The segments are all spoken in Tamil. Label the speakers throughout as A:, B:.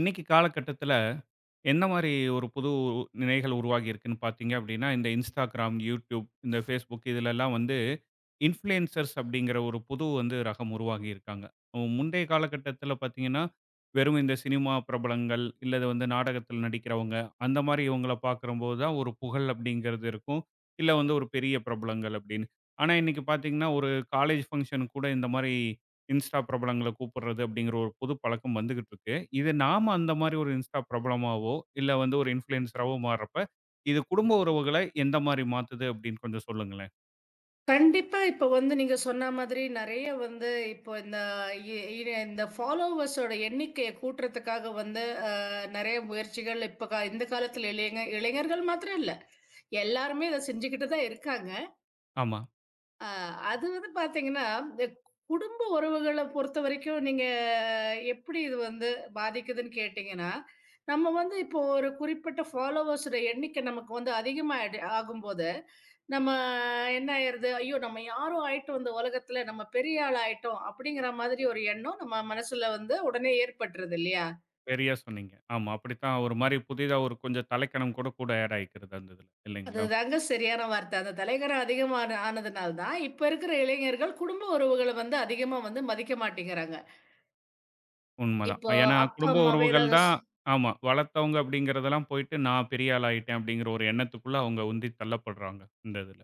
A: இன்னைக்கு காலகட்டத்தில, எந்த மாரி ஒரு புது நிலைகள் உருவாகி இருக்குன்னு பார்த்தீங்க அப்படின்னா, இந்த Instagram, YouTube, இந்த Facebook இதுலலாம் வந்து இன்ஃப்ளூயன்சர்ஸ் அப்படிங்கிற ஒரு புது வந்து ரகம் உருவாகி இருக்காங்க. முந்தைய காலகட்டத்தில பார்த்தீங்கன்னா, வெறும் இந்த சினிமா பிரபலங்கள், இல்ல இது வந்து நாடகத்தில் நடிக்கிறவங்க, அந்த மாரி இவங்கள பார்க்கும்போது தான் ஒரு புகழ் அப்படிங்கிறது இருக்கும். இல்ல வந்து ஒரு பெரிய பிரபலங்கள் அப்படின்னு. ஆனா, இன்னைக்கு பார்த்தீங்கன்னா, ஒரு காலேஜ் ஃபங்ஷன் கூட இந்த மாரி இன்ஸ்டா பிரபலங்கள கூப்பிடுறது அப்படிங்கிற ஒரு புது பழக்கம் வந்துகிட்டு இருக்கு. இது நாம அந்த மாதிரி ஒரு இன்ஸ்டா பிரபலமாவோ, இல்ல வந்து ஒரு இன்ஃப்ளூயன்சராவோ மாறுறப்ப, இது குடும்ப உறவுகள எந்த மாரி மாத்துது அப்படின்னு கொஞ்சம் சொல்லுங்களேன்?
B: கண்டிப்பா. இப்ப வந்து நீங்க சொன்ன மாதிரி நெறைய வந்து இப்போ இந்த இ இ இந்த ஃபாலோவர்ஸோட எண்ணிக்கைய கூட்டுறதுக்காக வந்து நெறைய முயற்சிகள் இப்ப இந்த காலத்துல இளைஞர்கள் மாத்திரம் இல்ல. எல்லாருமே இத செஞ்சுகிட்டு தான் இருக்காங்க.
A: ஆமா.
B: ஆ, அது வந்து பார்த்தீங்கன்னா, இந்த குடும்ப உறவுகள பொறுத்தவரைக்கும் நீங்க எப்படி இது வந்து பாதிக்குதுன்னு கேட்டீங்கன்னா, நம்ம வந்து இப்போ ஒரு குறிப்பிட்ட ஃபாலோவர்ஸோட எண்ணிக்கை நமக்கு வந்து அதிகமாயிடு ஆகும்போது, நம்ம என்ன ஆயிருது, "ஐயோ! நம்ம யாரோ ஆயிட்டோம் இந்த உலகத்துல, நம்ம பெரிய ஆள் ஆயிட்டோம்." அப்படிங்கிற மாதிரி ஒரு எண்ணம் நம்ம மனசுல வந்து உடனே ஏற்பட்டுருது இல்லையா?
A: சரியா சொன்னீங்க. ஆமா. அப்படித்தான் ஒரு மாரி புதிதா ஒரு கொஞ்சம் தலைக்கனம் கூட கூட ஆட் ஆயிக்கிறது அந்த இதுல. இல்லைங்களா?
B: அதுதாங்க சரியான வார்த்த. அந்த தலைகனம் அதிகமான ஆனதுனால தான், இப்ப இருக்கிற இளைஞர்கள் குடும்ப உறவுகள வந்து அதிகமா வந்து மதிக்க மாட்டேங்கிறாங்க.
A: உண்மதான்.
B: இப்போ
A: ஏன்னா
B: அப்பா,
A: குடும்ப
B: அம்மாவே
A: உறவுகள்
B: ஏதாவது
A: தான். ஆமா. வளர்த்தவங்க அப்படிங்கிறதெல்லாம் போயிட்டு நான் பெரிய ஆள் ஆயிட்டேன் அப்படிங்கிற ஒரு எண்ணத்துக்குள்ள அவங்க உந்தி தள்ளப்படுறாங்க இந்த இதுல.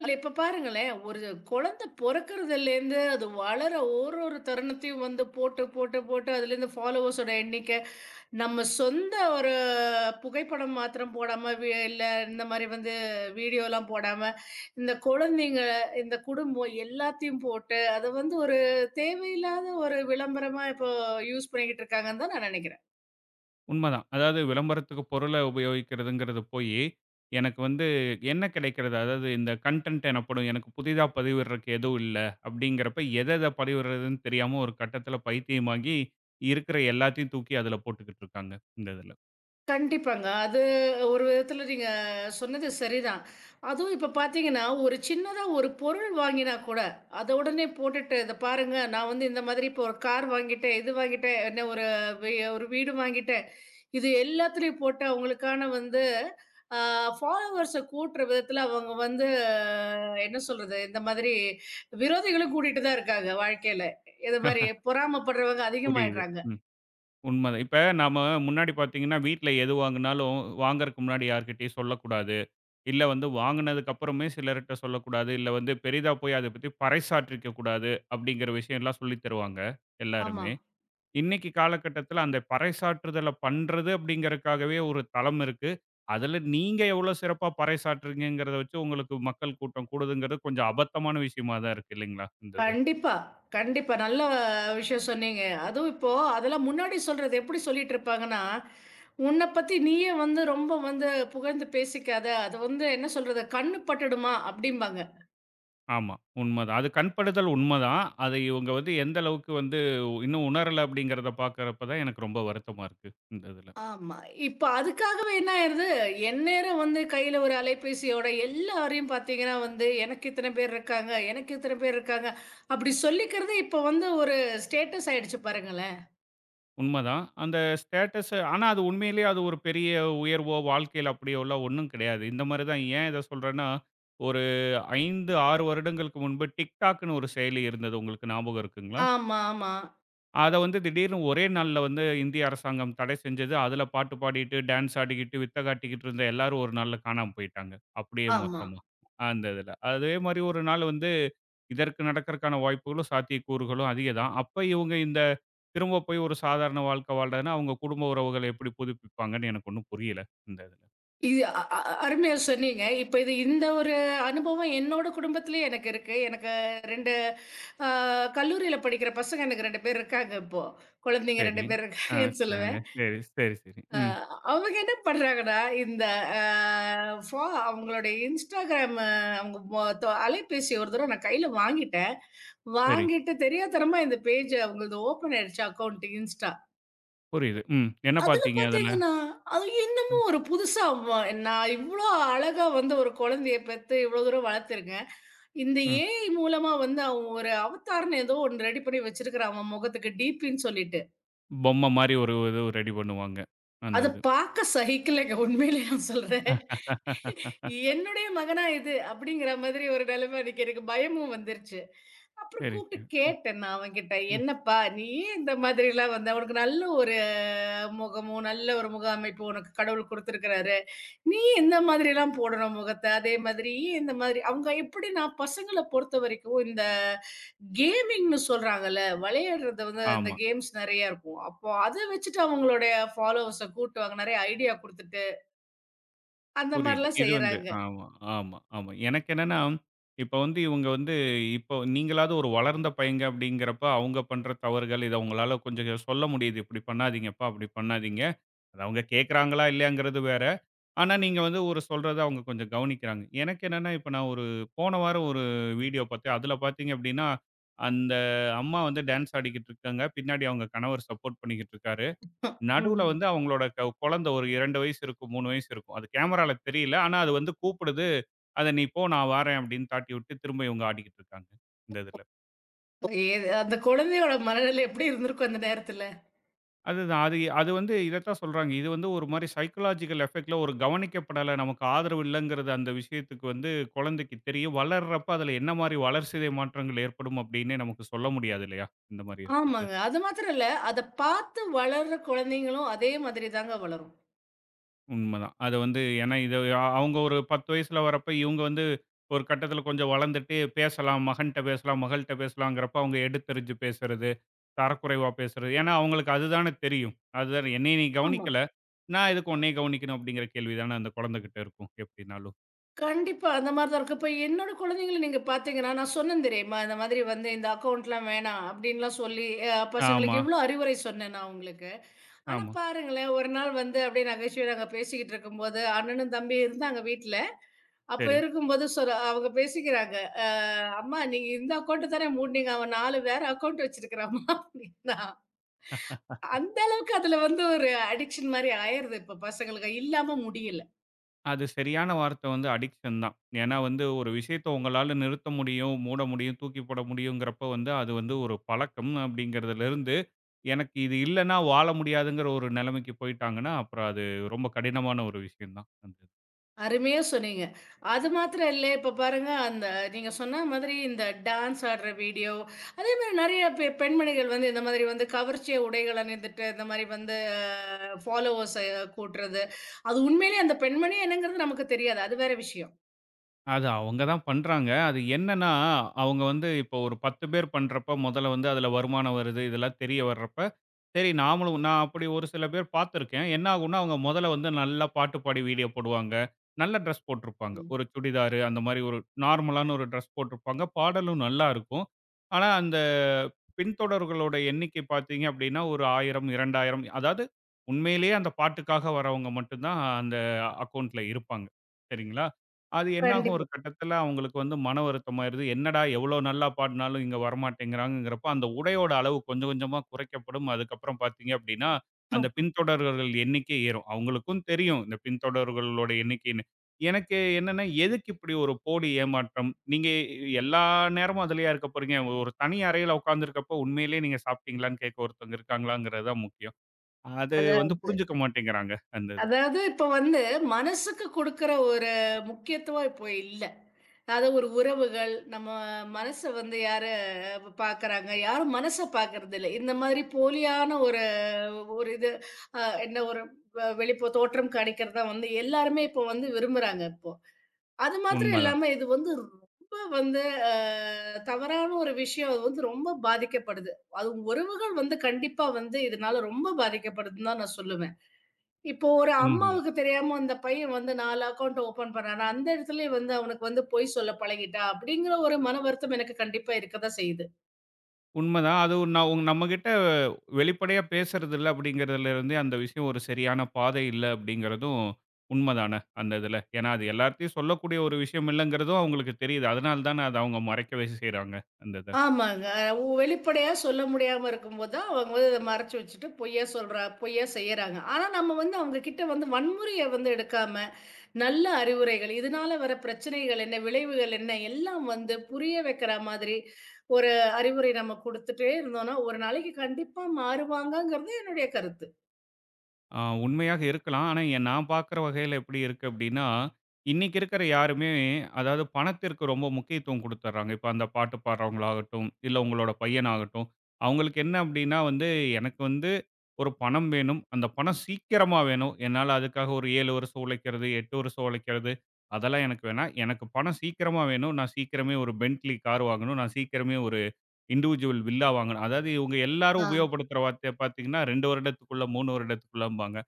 B: இல்ல இப்ப பாருங்களேன், ஒரு குழந்தை பொறக்கறதுலேருந்து, அது வளர ஒரு ஒரு தருணத்தையும் வந்து போட்டு, போட்டு, போட்டு அதுலேருந்து ஃபாலோவர்ஸோட எண்ணிக்கை, நம்ம சொந்த ஒரு புகைப்படம் மாத்திரம் போடாம, இல்ல இந்த மாரி வந்து வீடியோலாம் போடாம, இந்த குழந்தைங்க, இந்த குடும்பம் எல்லாத்தையும் போட்டு, அத வந்து ஒரு தேவையில்லாத ஒரு விளம்பரமா இப்போ யூஸ் பண்ணிக்கிட்டு இருக்காங்கன்னு தான் நான் நெனைக்கிறேன்.
A: உண்மதான். அதாவது விளம்பரத்துக்கு பொருள உபயோகிக்கிறதுங்கிறது போயி, எனக்கு வந்து என்ன கிடைக்கிறது? அதாவது இந்த கன்டென்ட் எனப்படும் எனக்கு புதிதா பதிவிடுறக்கு எதுவும் இல்ல. அப்படிங்கிறப்ப எத எத பதிவிடுறதுன்னு தெரியாம ஒரு கட்டத்தில பைத்தியமாகி, இருக்கிற எல்லாத்தையும் தூக்கி அதில போட்டுக்கிட்டு இருக்காங்க, இந்த இதில.
B: கண்டிப்பாங்க. அது ஒரு விதத்துல நீங்க சொன்னது சரிதான். அதுவும் இப்ப பார்த்தீங்கன்னா, ஒரு சின்னதா ஒரு பொருள் வாங்கினா கூட, அத உடனே போட்டுட்டு, "இத பாருங்க, நான் வந்து இந்த மாதிரி இப்போ ஒரு கார் வாங்கிட்டேன், இது வாங்கிட்டேன், என்ன ஒரு ஒரு வீடு வாங்கிட்டேன்." இது எல்லாத்துலயும் போட்டு அவங்களுக்கான வந்து அ ஃபாலோவர்ஸ கூட்டுற விதத்துல அவங்க வந்து என்ன சொல்றது? இந்த மாதிரி விரோதிகளும் கூட்டிட்டு தான் இருக்காங்க வாழ்க்கையில. இது மாரி பொறாமப்படுறவங்க
A: புரியுது.
B: அதிகமாயிடுறாங்க.
A: ம். உண்மதான். இப்ப நாம முன்னாடி பார்த்தீங்கன்னா, வீட்ல எது வாங்குனாலும் வாங்குறக்கு முன்னாடி யார்கிட்டயும் சொல்லக்கூடாது. இல்ல வந்து வாங்குனதுக்கு அப்புறமே சிலர்ட்ட சொல்லக்கூடாது. இல்ல வந்து பெரிதா போய் அத பத்தி பறைசாற்றிக்க கூடாது. அப்படிங்கிற விஷயம்லாம் சொல்லி தருவாங்க,
B: ஆமா.
A: எல்லாருமே. இன்னைக்கு காலகட்டத்தில அந்த பறைசாற்றுதல பண்றது அப்படிங்கிறதுக்காகவே ஒரு தளம் இருக்கு. அதில நீங்க எவ்வளோ சிறப்பா பறைசாற்றுறீங்கங்கிறத வச்சு உங்களுக்கு மக்கள் கூட்டம் கூடுதுங்கிறது கொஞ்சம் அபத்தமான விஷயமா தான் இருக்கு இல்லைங்களா? இந்த இது.
B: கண்டிப்பா, கண்டிப்பா. நல்ல விஷயம் சொன்னீங்க. அதுவும் இப்போ அதெல்லாம் முன்னாடி சொல்றது எப்படி சொல்லிட்டு இருப்பாங்கன்னா, "உன்ன பத்தி நீயே வந்து ரொம்ப வந்து புகழ்ந்து பேசிக்காத. அது வந்து என்ன சொல்றது, கண்ணு பட்டுடுமா" அப்படிம்பாங்க.
A: ஆமா, உண்மதான். அது கண்படுதல் உண்மதான். அதை இவங்க வந்து எந்த அளவுக்கு வந்து இன்னும் உணரல அப்படிங்கிறத பார்க்கிறப்ப தான் எனக்கு ரொம்ப வருத்தமா இருக்கு இந்த இதில.
B: ஆமா. இப்ப அதுக்காகவே என்ன ஆயிருது, எந்நேரம் வந்து கையில ஒரு அலைபேசியோட எல்லாரையும் பார்த்தீங்கன்னா வந்து, "எனக்கு இத்தன பேர் இருக்காங்க, எனக்கு இத்தன பேர் இருக்காங்க" அப்படி சொல்லிக்கிறதே இப்ப வந்து ஒரு ஸ்டேட்டஸ் ஆயிடுச்சு பாருங்களேன்.
A: உண்மதான். அந்த ஸ்டேட்டஸ் ஆனா அது உண்மையிலேயே அது ஒரு பெரிய உயர்வோ, வாழ்க்கையில அப்படியோலாம் ஒண்ணும் கிடையாது. இந்த மாரி தான் ஏன் இத சொல்றேன்னா, ஒரு 5, 6 வருடங்களுக்கு முன்பு TikTokன்னு ஒரு செயலி இருந்தது. உங்களுக்கு ஞாபகம் இருக்குங்களா?
B: ஆமா, ஆமா,
A: அத வந்து திடீர்னு ஒரே நாள்ல வந்து இந்திய அரசாங்கம் தடை செஞ்சது. அதுல பாட்டு பாடிட்டு, டான்ஸ் ஆடிக்கிட்டு, வித்த காட்டிக்கிட்டு இருந்த எல்லாரும் ஒரு நாள்ல காணாம போயிட்டாங்க. அப்படியே
B: ஆமா.
A: மொத்தமா. அந்த இதுல. அதே மாரி ஒரு நாள் வந்து இதற்கு நடக்கறக்கான வாய்ப்புகளும், சாத்தியக்கூறுகளும் அதிகம் தான். அப்ப இவங்க இந்த திரும்ப போய் ஒரு சாதாரண வாழ்க்கை வாழ்றதுன்னா, அவங்க குடும்ப உறவுகள எப்படி புதுப்பிப்பாங்கன்னு எனக்கு ஒண்ணும் புரியல, இந்த இதுல.
B: இது அ அ அ- அருமையா சொன்னீங்க. இப்ப இது இந்த ஒரு அனுபவம் என்னோட குடும்பத்திலயே எனக்கு இருக்கு. எனக்கு 2 அ கல்லூரியில படிக்கிற பசங்க எனக்கு 2 பேர் இருக்காங்க இப்போ. குழந்தைங்க
A: சரி.
B: 2 பேர்
A: ஆ
B: இருக்காங்கன்னு
A: சரிங்க.
B: சொல்லுவேன்.
A: சரி, சரி, சரி.
B: அ
A: ம்.
B: அவங்க என்ன பண்றாங்கன்னா, இந்த அ ஃபா அவங்களுடைய Instagram அவங்க மொ தொ அலைபேசி ஒரு தடவ நான் கையில வாங்கிட்டேன்.
A: சரி.
B: வாங்கிட்டு தெரியாத்தனமா இந்த பேஜ் அவங்களது ஓப்பன் ஆயிடுச்சு அக்கவுண்ட் Insta.
A: புரியுது. ம். என்ன
B: அதுல
A: பார்த்தீங்க அதுல?
B: பார்த்தீங்கன்னா, அது என்னமோ
A: ம்,
B: ஒரு புதுசா நான் இவ்ளோ அழகா வந்து ஒரு குழந்தைய பெத்து இவ்ளோ தூரம் வளர்த்துருக்கேன். இந்த
A: ம்.
B: ஏஐ மூலமா வந்து அவன் ஒரு அவதார்ன்னு ஏதோ ஒண்ணு ரெடி பண்ணி வச்சிருக்கிறான் அவன் முகத்துக்கு டிபின்னு சொல்லிட்டு.
A: பொம்மை மாரி ஒரு இது ரெடி பண்ணுவாங்க. அந்த
B: அத
A: இது.
B: பார்க்க சகிக்கலங்க உண்மையிலேயே நான் சொல்றேன். என்னுடைய மகனா இது? அப்படிங்கிற மாதிரி ஒரு நிலைமை அன்னைக்கு எனக்கு பயமும் வந்துருச்சு. அப்புறம்
A: சரி, சரி.
B: கூப்பிட்டு
A: ம்,
B: கேட்டேன் நான் அவன்கிட்ட,
A: ம்.
B: "என்னப்பா நீ ஏன் இந்த மாதிரிலாம் வந்து" அவனுக்கு நல்ல ஒரு முகமும் நல்ல ஒரு முக அமைப்பு உனக்கு கடவுள் குடுத்துருக்கிறாரு. நீ எந்த மாதிரிலாம் போடணும் முகத்த? அதே மாதிரி இந்த மாதிரி அவங்க எப்படின்னா பசங்கள பொறுத்தவரைக்கும் இந்த கேமிங்ன்னு சொல்றாங்கல்ல, விளையாடுறது வந்து இந்த
A: ஆமா.
B: கேம்ஸ் நெறைய இருக்கும். அப்போ அத வச்சுட்டு அவங்களுடைய ஃபாலோவர்ஸ கூட்டுவாங்க. நெறைய ஐடியா குடுத்துட்டு, அந்த
A: புரியுது.
B: மாரிலாம்
A: இது வந்து
B: செய்றாங்க.
A: ஆமா, ஆமா, ஆமா. எனக்கு என்னன்னா, இப்ப வந்து இவங்க வந்து இப்போ நீங்களாவது ஒரு வளர்ந்த பையங்க அப்படிங்கிறப்ப, அவங்க பண்ற தவறுகள் இத உங்களால கொஞ்சம் சொல்ல முடியுது. இப்படி பண்ணாதீங்கப்பா, அப்படி பண்ணாதீங்க. அது அவங்க கேட்கறாங்களா இல்லையாங்கிறது வேற. ஆனா
B: ம்.
A: நீங்க வந்து ஒரு சொல்றத அவங்க கொஞ்சம் கவனிக்கிறாங்க. எனக்கு என்னன்னா, இப்ப நான் ஒரு போன வாரம் ஒரு வீடியோ பார்த்தேன். அதுல பார்த்தீங்க அப்படின்னா, அந்த அம்மா வந்து டான்ஸ் ஆடிக்கிட்டு இருக்காங்க. பின்னாடி அவங்க கணவர் சப்போர்ட் பண்ணிக்கிட்டு இருக்காரு. நடுவுல
B: ம்.
A: வந்து அவங்களோட க குழந்தை ஒரு 2 வயசு இருக்கும், 3 வயசு இருக்கும். அது கேமரால தெரியல. ஆனா அது வந்து கூப்பிடுது. அத "நீ போ நான் வாரேன்" அப்படின்னு தாட்டி விட்டு, திரும்ப இவங்க ஆடிக்கிட்டு இருக்காங்க. இந்த இதுல.
B: ஏது அந்த குழந்தையோட மனநிலை எப்படி இருந்திருக்கும் அந்த நேரத்துல?
A: அதுதான். அது அது வந்து இதத்தான் சொல்றாங்க. இது வந்து ஒரு மாரி சைக்காலஜிக்கல் எஃபெக்ட்ல ஒரு கவனிக்கப்படல, நமக்கு ஆதரவு இல்லங்கிறது அந்த விஷயத்துக்கு வந்து குழந்தைக்கு தெரியும். வளர்றப்ப அதுல என்ன மாரி வளர்சிதை மாற்றங்கள் ஏற்படும் அப்படின்னே நமக்கு சொல்ல முடியாது இல்லையா? இந்த மாரி இருக்கிறது.
B: ஆமாங்க. அது மாத்திரம் இல்ல, அத பார்த்து வளர்ற குழந்தைங்களும் அதே மாதிரி தாங்க வளரும்.
A: உண்மதான். அது வந்து ஏன்னா இது அவங்க ஒரு 10 வயசுல வரப்ப, இவங்க வந்து ஒரு கட்டத்தில கொஞ்சம் வளர்ந்துட்டு பேசலாம். மகன்ட்ட பேசலாம், மகள்ட்ட பேசலாங்கிறப்ப, அவங்க எடுத்தெறிஞ்சு பேசுறது, தரக்குறைவா பேசுறது. ஏன்னா அவங்களுக்கு அதுதானே தெரியும். அதுதானே என்னைய நீ
B: ஆமா.
A: கவனிக்கல. நான் எதுக்கு உன்னைய கவனிக்கணும் அப்படிங்கிற கேள்வி தானே அந்த குழந்தைகிட்ட இருக்கும் எப்படினாலும்.
B: கண்டிப்பா. அந்த மாரி தான் இருக்கும். இப்ப என்னோட குழந்தைங்கள நீங்க பார்த்தீங்கன்னா, நான் சொன்னேன் தெரியுமா? இந்த மாதிரி வந்து இந்த அக்கவுண்ட்லாம் வேணாம் அப்டின்லாம் சொல்லி
A: ஆமா,
B: பசங்களுக்கு எவ்ளோ அறிவுரை சொன்னேன் நான் அவங்களுக்கு. ஆனா
A: ஆமா.
B: பாருங்களேன், ஒரு நாள் வந்து அப்டியே நகைச்சுவையா நாங்க பேசிக்கிட்டு இருக்கும்போது, அண்ணனும் தம்பியும் இருந்தாங்க வீட்ல. அப்ப
A: சரி.
B: இருக்கும்போது அவங்க பேசிக்கிறாங்க. "அ அம்மா நீங்க இந்த அக்கவுண்ட் தானே மூடுனீங்க. அவன் 4 வேற அக்கவுண்ட் வச்சிருக்கிறான்ம்மா" அப்டின்னா. அந்த அளவுக்கு அதுல வந்து ஒரு அடிக்ஷன் மாரி ஆயிருது இப்ப பசங்களுக்கு. இல்லாம முடியல.
A: அது சரியான வார்த்தை வந்து அடிக்ஷன் தான். ஏன்னா வந்து ஒரு விஷயத்த உங்களால நிறுத்த முடியும், மூட முடியும், தூக்கி போட முடியுங்கிறப்ப வந்து அது வந்து ஒரு பழக்கம் அப்படிங்கிறதுலருந்து எனக்கு இது இல்லன்னா வாழ முடியாதுங்கிற ஒரு நிலைமைக்கு போயிட்டாங்கன்னா, அப்புறம் அது ரொம்ப கடினமான ஒரு விஷயம் தான்.
B: அருமையா சொன்னீங்க. அது மாத்திரம் இல்ல. இப்ப பாருங்க, அந்த நீங்க சொன்ன மாதிரி இந்த டான்ஸ் ஆடுற வீடியோ, இந்த மாரி நெறைய பெண்மணிகள் வந்து இந்த மாதிரி வந்து கவர்ச்சிய உடைகள் அணிந்துட்டு, இந்த மாரி வந்து ஃபாலோவர்ஸ கூட்டுறது. அது உண்மையிலேயே அந்த பெண்மணியா என்னங்கிறது நமக்கு தெரியாது. அது வேற விஷயம்.
A: அது அவங்க தான் பண்றாங்க. அது என்னன்னா, அவங்க வந்து இப்போ ஒரு 10 பேர் பண்றப்ப முதல்ல வந்து அதில வருமானம் வருது. இதெல்லாம் தெரிய வர்றப்ப, சரி நாமளும் நான் அப்படி ஒரு சில பேர் பார்த்துருக்கேன். என்ன ஆகும்னா, அவங்க முதல்ல வந்து நல்லா பாட்டு பாடி வீடியோ போடுவாங்க. நல்ல ட்ரெஸ் போட்டிருப்பாங்க.
B: ம்.
A: ஒரு சுடிதாரு அந்த மாரி ஒரு நார்மலான ஒரு ட்ரெஸ் போட்டிருப்பாங்க. பாடலும் நல்லா இருக்கும். ஆனா, அந்த பின்தொடர்களோட எண்ணிக்கை பார்த்தீங்க அப்படின்னா, ஒரு 1000, 2000 அதாவது உண்மையிலேயே அந்த பாட்டுக்காக வரவங்க மட்டும் தான் அந்த அக்கவுண்ட்ல இருப்பாங்க. சரிங்களா? அது என்னாகும்
B: கண்டிப்பா.
A: ஒரு கட்டத்துல அவங்களுக்கு வந்து மன வருத்தம் ஆயிருது. என்னடா எவ்ளோ நல்லா பாடுனாலும் இங்க வரமாட்டேங்கிறாங்கங்கிறப்ப, அந்த உடையோட அளவு கொஞ்சம் கொஞ்சமா குறைக்கப்படும். அதுக்கப்புறம் பார்த்தீங்க அப்டின்னா, அந்த பின்தொடர்கள் எண்ணிக்கை ஏறும். அவங்களுக்கும் தெரியும் இந்த பின்தொடர்களோட எண்ணிக்கைன்னு. எனக்கு என்னன்னா, எதுக்கு இப்படி ஒரு போலி ஏமாற்றம்? நீங்க எல்லா நேரமும் அதிலயா இருக்க போறீங்க? ஒரு தனி அறையில உட்கார்ந்திருக்கப்போ, உண்மையிலேயே நீங்க சாப்பிட்டீங்களான்னு கேட்க ஒருத்தவங்க இருக்காங்களாங்கிறது தான் முக்கியம். அது
B: அதான்.
A: வந்து புரிஞ்சுக்க மாட்டேங்கிறாங்க. அந்த இதுல.
B: அதாவது இப்ப வந்து மனசுக்கு குடுக்குற ஒரு முக்கியத்துவம் இப்போ இல்ல. அதாவது ஒரு உறவுகள், நம்ம மனச வந்து யாரு பாக்குறாங்க, யாரும் மனச பாக்குறதில்ல. இந்த மாதிரி போலியான ஒரு ஒரு இது அ என்ன ஒரு வெளிப்போ தோற்றம் காண்பிக்கிறது தான் வந்து எல்லாருமே இப்போ வந்து விரும்புறாங்க இப்போ. அது மாத்திரம்
A: உண்மதான்.
B: இல்லாம இது வந்து ரொம்ப வந்து அ தவறான ஒரு விஷயம். அது வந்து ரொம்ப பாதிக்கப்படுது. அதுவும் உறவுகள் வந்து கண்டிப்பா வந்து இதனால ரொம்ப பாதிக்கப்படுதுன்னு தான் நான் சொல்லுவேன். இப்போ ஒரு
A: ம்.
B: அம்மாவுக்கு தெரியாம அந்த பையன் வந்து 4 அக்கவுண்ட் ஓப்பன் பண்ணானா, அந்த இடத்துலயே வந்து அவனுக்கு வந்து பொய் சொல்ல பழகிட்டா, அப்படிங்கிற ஒரு மன வருத்தம் எனக்கு கண்டிப்பா இருக்கத்தான் செய்யுது.
A: உண்மதான். அது ஒரு நான் நம்மகிட்ட வெளிப்படையா பேசுறதில்ல அப்படிங்கிறதுலருந்தே, அந்த விஷயம் ஒரு சரியான பாதை இல்ல அப்படிங்கிறதும் உண்மதான அந்த இதுல. ஏன்னா, அது எல்லார்ட்டயும் சொல்லக்கூடிய ஒரு விஷயம் இல்லங்கிறதும் அவங்களுக்கு தெரியுது. அதனால தான அத அவங்க மறைக்கவே செய்றாங்க, அந்த இத.
B: ஆமாங்க. வெளிப்படையா சொல்ல முடியாம இருக்கும்போது தான் அவங்க வந்து இத மறைச்சு வச்சுட்டு பொய்யா சொல்றா பொய்யா செய்யறாங்க. ஆனா நம்ம வந்து அவங்க கிட்ட வந்து வன்முறைய வந்து எடுக்காம, நல்ல அறிவுரைகள், இதனால வர பிரச்சனைகள் என்ன, விளைவுகள் என்ன, எல்லாம் வந்து புரிய வைக்கிற மாதிரி ஒரு அறிவுரை நம்ம குடுத்துட்டே இருந்தோம்னா, ஒரு நாளைக்கு கண்டிப்பா மாறுவாங்கங்கிறது என்னுடைய கருத்து.
A: ஆ உண்மையாக இருக்கலாம். ஆனா, நான் பார்க்குற வகையில எப்படி இருக்கு அப்படின்னா, இன்னைக்கு இருக்கிற யாருமே அதாவது பணத்திற்கு ரொம்ப முக்கியத்துவம் குடுத்துர்றாங்க. இப்ப அந்த பாட்டு பாடுறவங்களாகட்டும், இல்ல உங்களோட பையனாகட்டும், அவங்களுக்கு என்ன அப்படின்னா வந்து, எனக்கு வந்து ஒரு பணம் வேணும். அந்த பணம் சீக்கிரமா வேணும். என்னால அதுக்காக ஒரு 7 வருஷம் உழைக்கிறது, 8 வருஷம் உழைக்கிறது, அதெல்லாம் எனக்கு வேணாம். எனக்கு பணம் சீக்கிரமா வேணும். நான் சீக்கிரமே ஒரு பென்ட்லி கார் வாங்கணும். நான் சீக்கிரமே ஒரு இண்டிவிஜுவல் வில்லா வாங்கணும். அதாவது இவங்க எல்லாரும்
B: ஆ.
A: உபயோகப்படுத்துற வார்த்தைய பார்த்தீங்கன்னா, 2 வருடத்துக்குள்ள, 3 வருடத்துக்குள்ளம்பாங்க.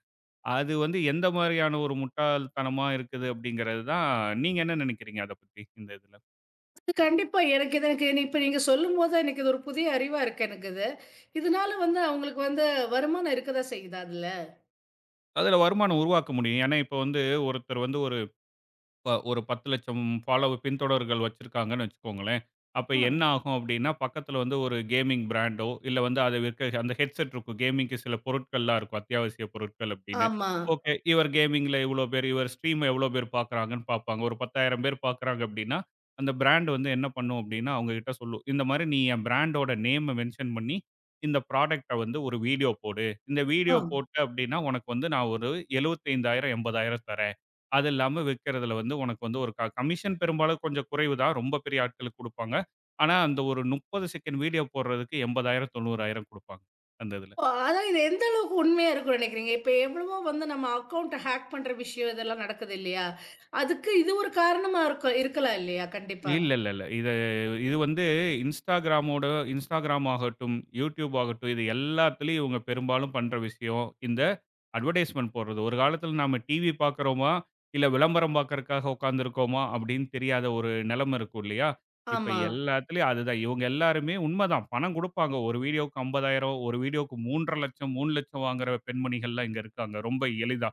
A: அது வந்து எந்த மாதிரியான ஒரு முட்டாள்தனமா இருக்குது அப்படிங்கிறது தான். நீங்க என்ன நினைக்கிறீங்க அத பத்தி இந்த இதுல?
B: கண்டிப்பா. எனக்கு இது எனக்கு இப்ப நீங்க சொல்லும்போது தான் எனக்கு இது ஒரு புதிய அறிவா இருக்கு எனக்கு இது. இதனால வந்து அவங்களுக்கு வந்து வருமானம் இருக்க தான் செய்யுதா அதுல?
A: அதுல வருமானம் உருவாக்க முடியும். ஏன்னா, இப்ப வந்து ஒருத்தர் வந்து ஒரு 10,00,000 ஃபாலோ பின்தொடர்கள் வச்சிருக்காங்கன்னு வச்சுக்கோங்களேன். அப்ப என்ன
B: ம்.
A: ஆகும் அப்டின்னா, பக்கத்துல வந்து ஒரு கேமிங் பிராண்டோ, இல்ல வந்து அத விற்க அந்த ஹெட்செட் இருக்கும். கேமிங்க்கு சில பொருட்கள்லாம் இருக்கும். அத்தியாவசிய பொருட்கள் அப்டின்னு.
B: ஆமா.
A: ஓகே. இவர் கேமிங்ல இவ்ளோ பேர், இவர் ஸ்ட்ரீம் எவ்ளோ பேர் பார்க்குறாங்கன்னு பார்ப்பாங்க. ஒரு 10,000 பேர் பார்க்குறாங்க அப்டின்னா, அந்த பிராண்ட் வந்து என்ன பண்ணும் அப்டின்னா, அவங்ககிட்ட சொல்லும். இந்த மாரி நீ என் பிராண்டோட நேம மென்ஷன் பண்ணி, இந்த ப்ராடக்ட்ட வந்து ஒரு வீடியோ போடு. இந்த
B: ஆ.
A: வீடியோ போட்ட அப்டின்னா, உனக்கு வந்து நான் ஒரு 75,000, 80,000 தரேன். அது இல்லாம விக்கிறதுல வந்து உனக்கு வந்து ஒரு கமிஷன் பெரும்பாலும் கொஞ்சம் குறைவு தான். ரொம்ப பெரிய ஆட்களுக்கு குடுப்பாங்க. ஆனா, அந்த ஒரு 30 செகண்ட் வீடியோ போடுறதுக்கு 80,000 90,000 குடுப்பாங்க. அந்த இதுல.
B: அதான் இது எந்த அளவுக்கு உண்மையா இருக்கும்னு நெனைக்கிறீங்க? இப்ப எவ்வளவோ வந்து நம்ம அக்கவுண்ட்ட ஹேக் பண்ற விஷயம் இதெல்லாம் நடக்குது இல்லையா? அதுக்கு இது ஒரு காரணமா இருக்கும் இருக்கலாம் இல்லையா? கண்டிப்பா.
A: இல்ல, இல்ல, இல்ல. இது இது வந்து Instagramமோட Instagram ஆகட்டும், YouTube ஆகட்டும், இது எல்லாத்துலயும் இவங்க பெரும்பாலும் பண்ற விஷயம். இந்த அட்வர்டைஸ்மென்ட் போடுறது. ஒரு காலத்துல நாம டிவி பார்க்குறோமா, இல்ல விளம்பரம் பார்க்கறதுக்காக உட்கார்ந்திருக்கோமா அப்படின்னு தெரியாத ஒரு நிலைமை இருக்கும் இல்லையா? இப்ப
B: ஆமா.
A: எல்லாத்துலயும் அதுதான். இவங்க எல்லாருமே உண்மைதான். பணம் குடுப்பாங்க. ஒரு வீடியோவுக்கு 50,000 ஒரு வீடியோவுக்கு 3,50,000 3,00,000 வாங்குற பெண்மணிகள்லாம் இங்க இருக்காங்க. ரொம்ப எளிதா.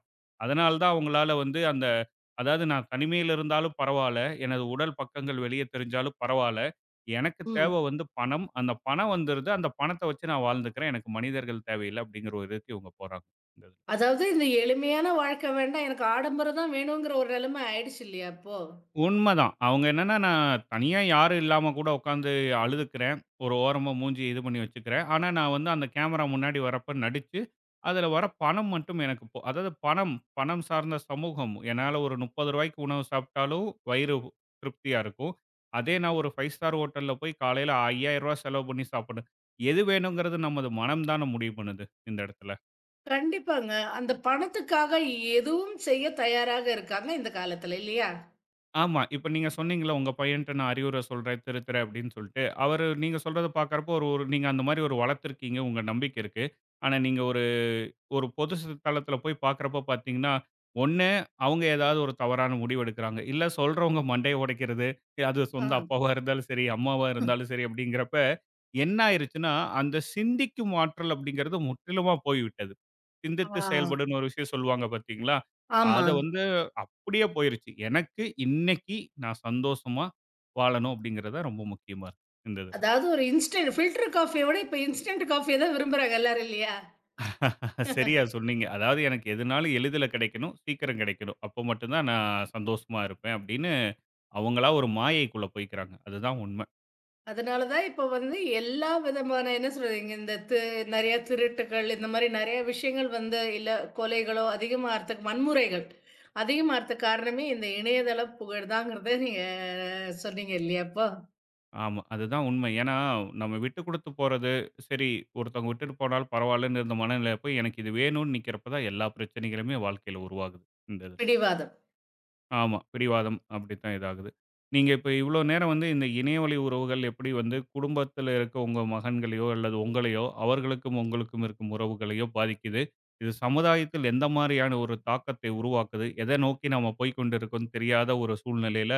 A: அதனால தான் அவங்களால வந்து அந்த அதாவது நான் தனிமையில இருந்தாலும் பரவால்ல. எனது உடல் பக்கங்கள் வெளிய தெரிஞ்சாலும் பரவால்ல. எனக்கு
B: ம்.
A: தேவை வந்து பணம். அந்த பணம் வந்துருது. அந்த பணத்த வச்சு நான் வாழ்ந்துக்கிறேன். எனக்கு மனிதர்கள் தேவையில்ல. அப்படிங்கிற ஒரு இதுக்கு இவங்க போறாங்க. இந்த
B: அதாவது இந்த எளிமையான வாழ்க்கை வேண்டாம், எனக்கு ஆடம்பரம் தான் வேணுங்கிற ஒரு நிலைமை ஆயிடுச்சு இல்லையா இப்போ?
A: உண்மதான். அவங்க என்னன்னா, நான் தனியா யாரும் இல்லாம கூட உட்காந்து அழுதுக்கிறேன். ஒரு ஓரமா மூஞ்சிய இது பண்ணி வச்சுக்கிறேன். ஆனா, நான் வந்து அந்த கேமரா முன்னாடி வரப்ப நடிச்சு, அதில வர பணம் மட்டும் எனக்கு போ அதாவது பணம் பணம் சார்ந்த சமூகம். என்னால ஒரு ரூ. 30க்கு உணவு சாப்பிட்டாலும் வயிறு திருப்தியா இருக்கும். அதே நான் ஒரு 5 ஸ்டார் ஹோட்டல்ல போய் காலையில ரூ. 5000 செலவு பண்ணி சாப்பிடணும். எது வேணுங்கிறது நமது மனம் தான முடிவு பண்ணுது இந்த இடத்துல.
B: கண்டிப்பாங்க. அந்த பணத்துக்காக எதுவும் செய்ய தயாராக இருக்காங்க இந்த காலத்துல இல்லையா?
A: ஆமா. இப்ப நீங்க சொன்னீங்கல்ல, உங்க பையன்ட்ட நான் அறிவுரை சொல்றேன், திருத்துறேன் அப்படின்னு சொல்லிட்டு. அவரு நீங்க சொல்றத பார்க்கிறப்போ, ஒரு ஒரு நீங்க அந்த மாரி ஒரு வளர்த்துருக்கீங்க. உங்க நம்பிக்கை இருக்கு. ஆனா, நீங்க ஒரு பொது தளத்துல போய் பார்க்குறப்ப பார்த்தீங்கன்னா, ஒண்ணு அவங்க ஏதாவது ஒரு தவறான முடிவு எடுக்குறாங்க. இல்ல சொல்றவங்க மண்டைய உடைக்கிறது. அது சொந்த
B: ஆ.
A: அப்பாவா இருந்தாலும் சரி, அம்மாவா இருந்தாலும் சரி அப்படிங்கிறப்ப, என்ன ஆயிருச்சுன்னா, அந்த சிந்திக்கும் ஆற்றல் அப்படிங்கிறது முற்றிலுமா போய்விட்டது. சிந்தித்து
B: ஆ.
A: செயல்படுன்னு ஒரு விஷயம் சொல்லுவாங்க பார்த்தீங்களா?
B: ஆமா.
A: அத வந்து அப்படியே போயிருச்சு. எனக்கு இன்னைக்கு நான் சந்தோஷமா வாழணும் அப்படிங்கிறது தான் ரொம்ப முக்கியமா இருக்கு இந்த இதுல.
B: அதாவது ஒரு இன்ஸ்டன்ட் ஃபில்டர் காஃபிய விட இப்ப இன்ஸ்டன்ட் காஃபிய தான் விரும்புறாங்க எல்லாரும் இல்லையா?
A: சரியா சொன்னீங்க. அதாவது எனக்கு எதுனாலும் எளிதில கிடைக்கணும், சீக்கிரம் கிடைக்கணும். அப்போ மட்டும் தான் நான் சந்தோஷமா இருப்பேன் அப்படின்னு, அவங்களா ஒரு மாயைக்குள்ள போய்க்கிறாங்க. அதுதான் உண்மை.
B: அதனால தான் இப்ப வந்து எல்லா விதமான என்ன சொல்றீங்க இந்த நெறைய திருட்டுகள் இந்த மாரி நெறைய விஷயங்கள் வந்து இல்ல கொலைகளோ அதிகமாகறதுக்கு வன்முறைகள் அதிகமாகறதுக்கு காரணமே இந்த இணையதள புகழ் தாங்கிறத நீங்க சொன்னீங்க இல்லையா இப்போ?
A: ஆமா, அதுதான் உண்மை. ஏன்னா, நம்ம விட்டு குடுத்து போறது, சரி ஒருத்தவங்க விட்டுட்டு போனாலும் பரவாயில்லன்னு இருந்த மனநிலை போய், எனக்கு இது வேணும்னு நிக்கிறப்ப தான் எல்லா பிரச்சனைகளுமே வாழ்க்கையில உருவாகுது. இந்த இதுல.
B: பிடிவாதம்.
A: ஆமா. பிடிவாதம் அப்படித்தான் இதாகுது. நீங்க இப்ப இவ்வளோ நேரம் வந்து இந்த இணையவழி உறவுகள் எப்படி வந்து குடும்பத்தில இருக்க உங்க மகன்களையோ, அல்லது உங்களையோ, அவர்களுக்கும் உங்களுக்கும் இருக்கும் உறவுகளையோ பாதிக்குது. இது சமுதாயத்தில் எந்த மாரியான ஒரு தாக்கத்தை உருவாக்குது? எத நோக்கி நாம போய் கொண்டிருக்கோம்ன்னு தெரியாத ஒரு சூழ்நிலையில,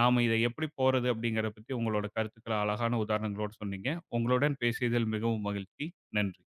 A: நாம இத எப்படி போறது அப்படிங்கிறத பத்தி உங்களோட கருத்துக்கள அழகான உதாரணங்களோட சொன்னீங்க. உங்களுடன் பேசியதில் மிகவும் மகிழ்ச்சி. நன்றி.